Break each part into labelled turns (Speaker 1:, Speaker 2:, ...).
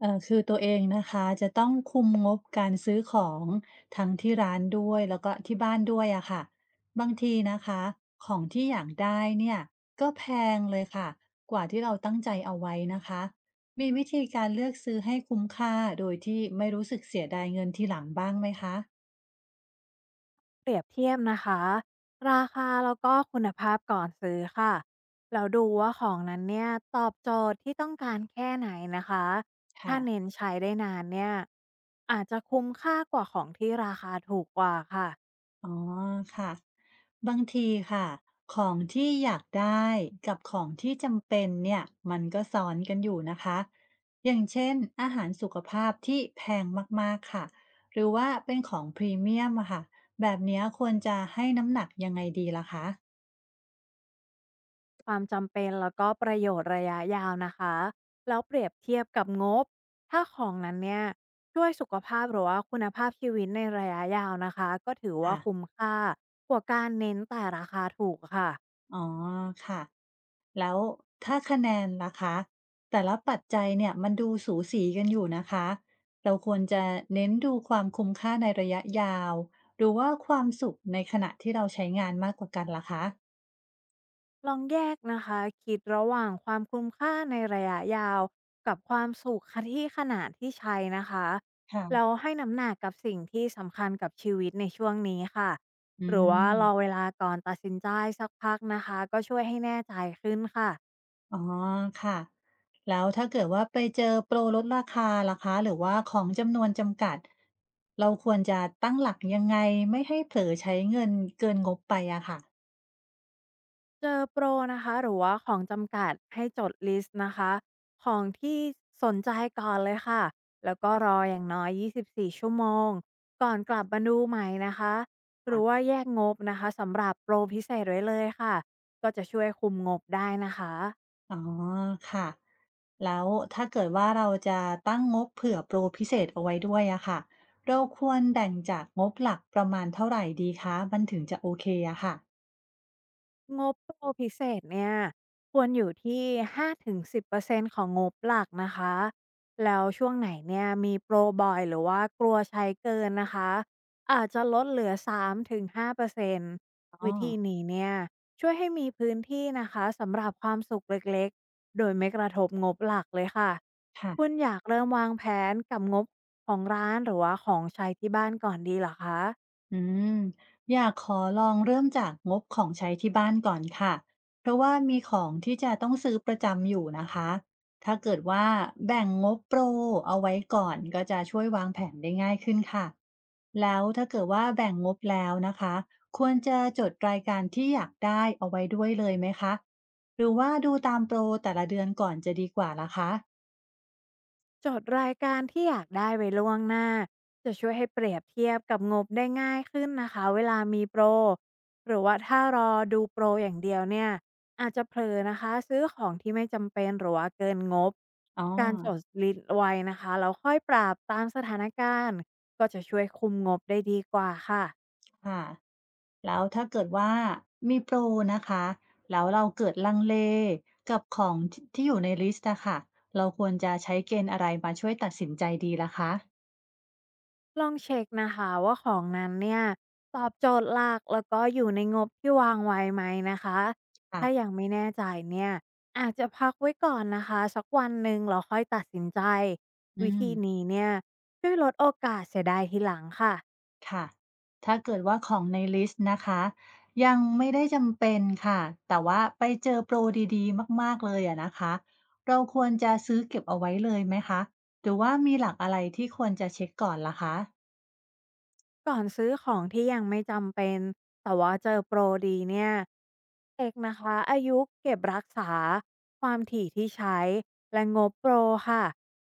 Speaker 1: คือตัวเองนะคะจะต้องคุมงบการซื้อของทั้งที่ร้านด้วยแล้วก็ที่บ้านด้วยอะค่ะบางทีนะคะของที่อยากได้เนี่ยก็แพงเลยค่ะกว่าที่เราตั้งใจเอาไว้นะคะมีวิธีการเลือกซื้อให้คุ้มค่าโดยที่ไม่รู้สึกเสียดายเงินทีหลังบ้างไหมคะ
Speaker 2: เปรียบเทียบนะคะราคาแล้วก็คุณภาพก่อนซื้อค่ะแล้วดูว่าของนั้นเนี่ยตอบโจทย์ที่ต้องการแค่ไหนนะคะ
Speaker 1: ค่ะ
Speaker 2: ถ้าเน้นใช้ได้นานเนี่ยอาจจะคุ้มค่ากว่าของที่ราคาถูกกว่าค่ะ
Speaker 1: อ๋อค่ะบางทีค่ะของที่อยากได้กับของที่จำเป็นเนี่ยมันก็ซ้อนกันอยู่นะคะอย่างเช่นอาหารสุขภาพที่แพงมากๆค่ะหรือว่าเป็นของพรีเมียมอะค่ะแบบเนี้ยควรจะให้น้ำหนักยังไงดีล่ะคะ
Speaker 2: ความจำเป็นแล้วก็ประโยชน์ระยะยาวนะคะแล้วเปรียบเทียบกับงบถ้าของนั้นเนี่ยช่วยสุขภาพหรือว่าคุณภาพชีวิตในระยะยาวนะคะก็ถือว่า
Speaker 1: ค่ะ
Speaker 2: คุ้มค่ากว่าการเน้นแต่ราคาถูกค่ะ
Speaker 1: อ๋อค่ะ แล้วถ้าคะแนนล่ะคะแต่ละปัจจัยเนี่ยมันดูสูสีกันอยู่นะคะเราควรจะเน้นดูความคุ้มค่าในระยะยาวหรือว่าความสุขในขณะที่เราใช้งานมากกว่ากันล่ะคะ
Speaker 2: ลองแยกนะคะคิดระหว่างความคุ้มค่าในระยะยาวกับความสุขที่ขนาดที่ใช้นะคะแล้ว
Speaker 1: ค่ะ
Speaker 2: ให้น้ำหนักกับสิ่งที่สำคัญกับชีวิตในช่วงนี้ค่ะ
Speaker 1: อื
Speaker 2: หรือว่ารอ
Speaker 1: ม
Speaker 2: เวลาก่อนตัดสินใจสักพักนะคะก็ช่วยให้แน่ใจขึ้นค่ะ
Speaker 1: อ๋อค่ะแล้วถ้าเกิดว่าไปเจอโปรลดราคาล่ะคะหรือว่าของจำนวนจำกัดเราควรจะตั้งหลักยังไงไม่ให้เผลอใช้เงินเกินงบไปอะค่ะ
Speaker 2: เจอโปรนะคะหรือว่าของจำกัดให้จดลิสต์นะคะของที่สนใจก่อนเลยค่ะแล้วก็รออย่างน้อย 24 ชั่วโมงก่อนกลับมาดูใหม่นะคะหรือว่าแยกงบนะคะสำหรับโปรพิเศษไว้เลยค่ะก็จะช่วยคุมงบได้นะคะ
Speaker 1: อ๋อค่ะแล้วถ้าเกิดว่าเราจะตั้งงบเผื่อโปรพิเศษเอาไว้ด้วยอะค่ะเราควรแบ่งจากงบหลักประมาณเท่าไหร่ดีคะมันถึงจะโอเคอะค่ะ
Speaker 2: งบโปรพิเศษเนี่ยควรอยู่ที่5-10%ของงบหลักนะคะแล้วช่วงไหนเนี่ยมีโปรบ่อยหรือว่ากลัวใช้เกินนะคะอาจจะลดเหลือ3-5%
Speaker 1: อ๋อ
Speaker 2: วิธีนี้เนี่ยช่วยให้มีพื้นที่นะคะสำหรับความสุขเล็กๆโดยไม่กระทบงบหลักเลยค่ะ
Speaker 1: ค่ะ
Speaker 2: คุณอยากเริ่มวางแผนกับงบของร้านหรือว่าของใช้ที่บ้านก่อนดีเหรอคะ
Speaker 1: อืมอยากขอลองเริ่มจากงบของใช้ที่บ้านก่อนค่ะ เพราะว่ามีของที่จะต้องซื้อประจำอยู่นะคะ ถ้าเกิดว่าแบ่งงบโปรเอาไว้ก่อนก็จะช่วยวางแผนได้ง่ายขึ้นค่ะแล้วถ้าเกิดว่าแบ่งงบแล้วนะคะ ควรจะจดรายการที่อยากได้เอาไว้ด้วยเลยไหมคะหรือว่าดูตามโปรแต่ละเดือนก่อนจะดีกว่าล่ะคะ
Speaker 2: จดรายการที่อยากได้ไว้ล่วงหน้าจะช่วยให้เปรียบเทียบกับงบได้ง่ายขึ้นนะคะเวลามีโปรหรือว่าถ้ารอดูโปรอย่างเดียวเนี่ยอาจจะเผลอนะคะซื้อของที่ไม่จำเป็นหรือว่าเกินงบ
Speaker 1: อ๋อ
Speaker 2: การจดลิสต์ไว้นะคะแล้วค่อยปรับตามสถานการณ์ก็จะช่วยคุมงบได้ดีกว่าค่ะ
Speaker 1: ค่ะแล้วถ้าเกิดว่ามีโปรนะคะแล้วเราเกิดลังเลกับของทที่อยู่ในลิสต์อะค่ะเราควรจะใช้เกณฑ์อะไรมาช่วยตัดสินใจดีล่ะคะ
Speaker 2: ลองเช็คนะคะว่าของนั้นเนี่ยตอบโจทย์หลักแล้วก็อยู่ในงบที่วางไว้ไหมนะคะถ้า
Speaker 1: ค่ะ
Speaker 2: ยังไม่แน่ใจเนี่ยอาจจะพักไว้ก่อนนะคะสักวันหนึ่งเราค่อยตัดสินใจ
Speaker 1: อื
Speaker 2: วิธี
Speaker 1: ม
Speaker 2: นี้เนี่ยช่วยลดโอกาสเสียดายทีหลังค่ะ
Speaker 1: ค่ะถ้าเกิดว่าของในลิสต์นะคะยังไม่ได้จำเป็นค่ะแต่ว่าไปเจอโปรดีๆมากๆเลยอะนะคะเราควรจะซื้อเก็บเอาไว้เลยไหมคะหรือว่ามีหลักอะไรที่ควรจะเช็คก่อนล่ะคะ
Speaker 2: ก่อนซื้อของที่ยังไม่จำเป็นแต่ว่าเจอโปรดีเนี่ยเช็กนะคะอายุเก็บรักษาความถี่ที่ใช้และงบโปรค่ะ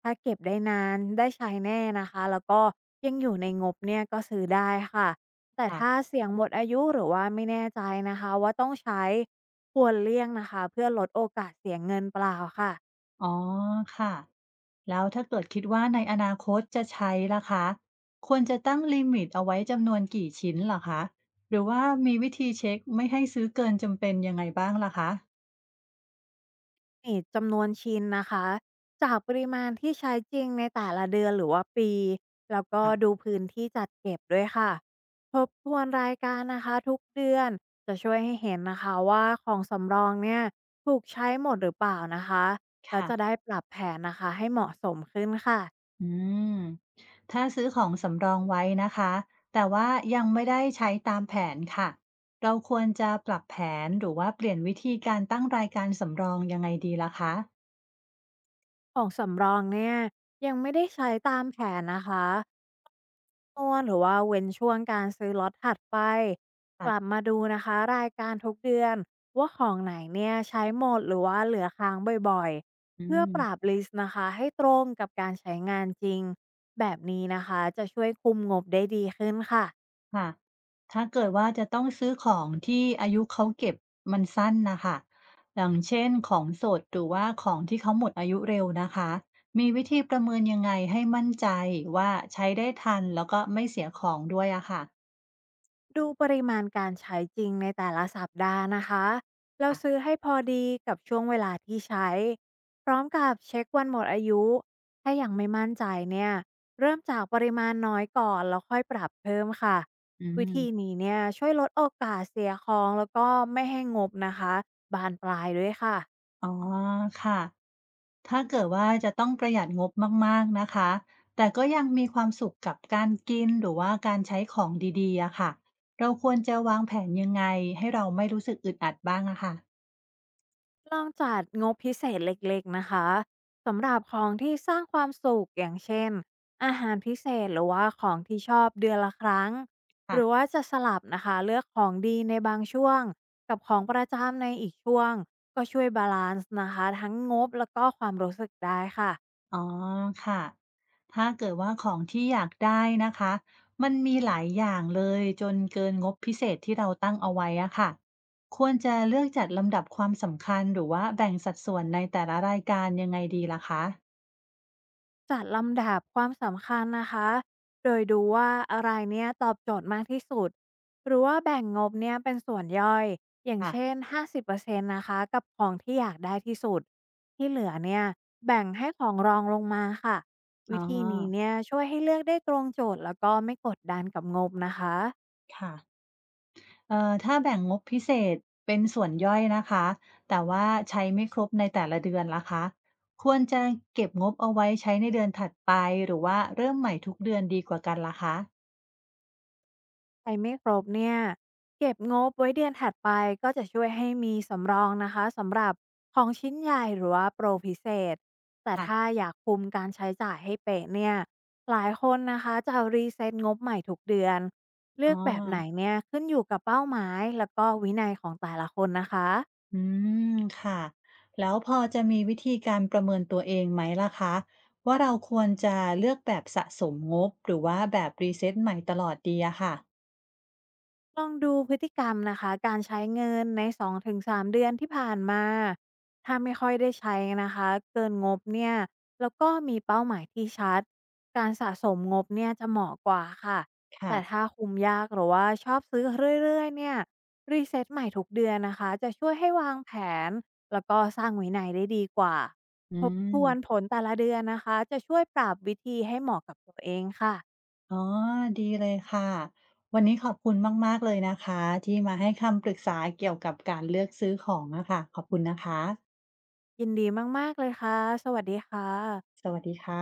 Speaker 2: ถ้าเก็บได้นานได้ใช้แน่นะคะแล้วก็ยังอยู่ในงบเนี่ยก็ซื้อได้ค่ะแต่ถ้า
Speaker 1: ค่ะ
Speaker 2: เสี่ยงหมดอายุหรือว่าไม่แน่ใจนะคะว่าต้องใช้ควรเลี่ยงนะคะเพื่อลดโอกาสเสียเงินเปล่าค่ะ
Speaker 1: อ๋อค่ะแล้วถ้าเกิดคิดว่าในอนาคตจะใช้ล่ะคะควรจะตั้งลิมิตเอาไว้จำนวนกี่ชิ้นเหรอคะหรือว่ามีวิธีเช็คไม่ให้ซื้อเกินจำเป็นยังไงบ้างล่ะคะ
Speaker 2: นี่จำนวนชิ้นนะคะจากปริมาณที่ใช้จริงในแต่ละเดือนหรือว่าปีแล้วก็
Speaker 1: ค่ะ
Speaker 2: ดูพื้นที่จัดเก็บด้วยค่ะทบทวนรายการนะคะทุกเดือนจะช่วยให้เห็นนะคะว่าของสำรองเนี่ยถูกใช้หมดหรือเปล่านะคะแล้ว
Speaker 1: ค่ะ
Speaker 2: จะได้ปรับแผนนะคะให้เหมาะสมขึ้นค่ะ
Speaker 1: อืมถ้าซื้อของสำรองไว้นะคะแต่ว่ายังไม่ได้ใช้ตามแผนค่ะเราควรจะปรับแผนหรือว่าเปลี่ยนวิธีการตั้งรายการสำรองยังไงดีล่ะคะ
Speaker 2: ของสำรองเนี่ยยังไม่ได้ใช้ตามแผนนะคะ ตวนหรือว่าเว้นช่วงการซื้อล็อตถัดไปกลับ
Speaker 1: ค่ะ
Speaker 2: มาดูนะคะรายการทุกเดือนว่าของไหนเนี่ยใช้หมดหรือว่าเหลือค้างบ่อยๆ
Speaker 1: อื
Speaker 2: เพื่อ
Speaker 1: ม
Speaker 2: ปรับลิสต์นะคะให้ตรงกับการใช้งานจริงแบบนี้นะคะจะช่วยคุมงบได้ดีขึ้นค่ะ
Speaker 1: ค่ะถ้าเกิดว่าจะต้องซื้อของที่อายุเขาเก็บมันสั้นนะคะอย่างเช่นของสดหรือว่าของที่เขาหมดอายุเร็วนะคะ มีวิธีประเมินยังไงให้มั่นใจว่าใช้ได้ทันแล้วก็ไม่เสียของด้วยอะค่ะ
Speaker 2: ดูปริมาณการใช้จริงในแต่ละสัปดาห์นะคะเราซื้อ
Speaker 1: ค่ะ
Speaker 2: ให้พอดีกับช่วงเวลาที่ใช้ พร้อมกับเช็ควันหมดอายุ ถ้ายังไม่มั่นใจเนี่ย เริ่มจากปริมาณน้อยก่อนแล้วค่อยปรับเพิ่มค่ะ
Speaker 1: อื
Speaker 2: วิ
Speaker 1: ม
Speaker 2: ธีนี้เนี่ยช่วยลดโอกาสเสียของแล้วก็ไม่ให้งบนะคะ บานปลายด้วยค่ะ
Speaker 1: อ๋อค่ะถ้าเกิดว่าจะต้องประหยัดงบมากๆนะคะแต่ก็ยังมีความสุขกับการกินหรือว่าการใช้ของดีๆอะค่ะเราควรจะวางแผนยังไงให้เราไม่รู้สึกอึดอัดบ้างอะค่ะ
Speaker 2: ลองจัดงบพิเศษเล็กๆนะคะสำหรับของที่สร้างความสุขอย่างเช่นอาหารพิเศษหรือว่าของที่ชอบเดือนละครั้งห
Speaker 1: ค่ะ
Speaker 2: รือว่าจะสลับนะคะเลือกของดีในบางช่วงกับของประจำในอีกช่วงก็ช่วยบาลานซ์นะคะทั้งงบแล้วก็ความรู้สึกได้ค่ะ
Speaker 1: อ๋อค่ะถ้าเกิดว่าของที่อยากได้นะคะมันมีหลายอย่างเลยจนเกินงบพิเศษที่เราตั้งเอาไว้อะค่ะควรจะเลือกจัดลำดับความสำคัญหรือว่าแบ่งสัดส่วนในแต่ละรายการยังไงดีล่ะคะ
Speaker 2: จัดลำดับความสำคัญนะคะ โดยดูว่าอะไรเนี่ยตอบโจทย์มากที่สุดหรือว่าแบ่งงบเนี่ยเป็นส่วนย่อยอย่าง
Speaker 1: ค่ะ
Speaker 2: เช่น50%นต์นะคะกับของที่อยากได้ที่สุด ที่เหลือเนี่ยแบ่งให้ของรองลงมาค่ะ
Speaker 1: อ๋
Speaker 2: วิ
Speaker 1: อ
Speaker 2: ธีนี้เนี่ยช่วยให้เลือกได้ตรงโจทย์แล้วก็ไม่กดดันกับงบนะคะ
Speaker 1: ค่ะถ้าแบ่งงบพิเศษเป็นส่วนย่อยนะคะแต่ว่าใช้ไม่ครบในแต่ละเดือนล่ะคะควรจะเก็บงบเอาไว้ใช้ในเดือนถัดไปหรือว่าเริ่มใหม่ทุกเดือนดีกว่ากันล่ะคะ
Speaker 2: ใช้ไม่ครบเนี่ยเก็บงบไว้เดือนถัดไปก็จะช่วยให้มีสำรองนะคะสำหรับของชิ้นใหญ่หรือว่าโปรพิเศษแต่ถ้า
Speaker 1: ค่ะ
Speaker 2: อยากคุมการใช้จ่ายให้เป๊ะเนี่ยหลายคนนะคะจะรีเซ็ตงบใหม่ทุกเดือน
Speaker 1: อ๋
Speaker 2: เลื
Speaker 1: อ
Speaker 2: อกแบบไหนเนี่ยขึ้นอยู่กับเป้าหมายแล้วก็วินัยของแต่ละคนนะคะ
Speaker 1: อืมค่ะแล้วพอจะมีวิธีการประเมินตัวเองไหมล่ะคะว่าเราควรจะเลือกแบบสะสมงบหรือว่าแบบรีเซ็ตใหม่ตลอดดีอะค่ะ
Speaker 2: ลองดูพฤติกรรมนะคะการใช้เงินใน2-3เดือนที่ผ่านมาถ้าไม่ค่อยได้ใช้นะคะเกินงบเนี่ยแล้วก็มีเป้าหมายที่ชัดการสะสมงบเนี่ยจะเหมาะกว่าค่ะแต่
Speaker 1: ค่ะ
Speaker 2: ถ้าคุมยากหรือว่าชอบซื้อเรื่อยๆเนี่ยรีเซ็ตใหม่ทุกเดือนนะคะจะช่วยให้วางแผนแล้วก็สร้างวินัยได้ดีกว่า
Speaker 1: อื
Speaker 2: ทบทวนผ
Speaker 1: ม
Speaker 2: ลแต่ละเดือนนะคะจะช่วยปรับวิธีให้เหมาะกับตัวเองค่ะ
Speaker 1: อ๋อดีเลยค่ะวันนี้ขอบคุณมากๆเลยนะคะที่มาให้คำปรึกษาเกี่ยวกับการเลือกซื้อของนะคะขอบคุณนะคะ
Speaker 2: ยินดีมากๆเลยค่ะสวัสดีค่ะ
Speaker 1: สวัสดีค่ะ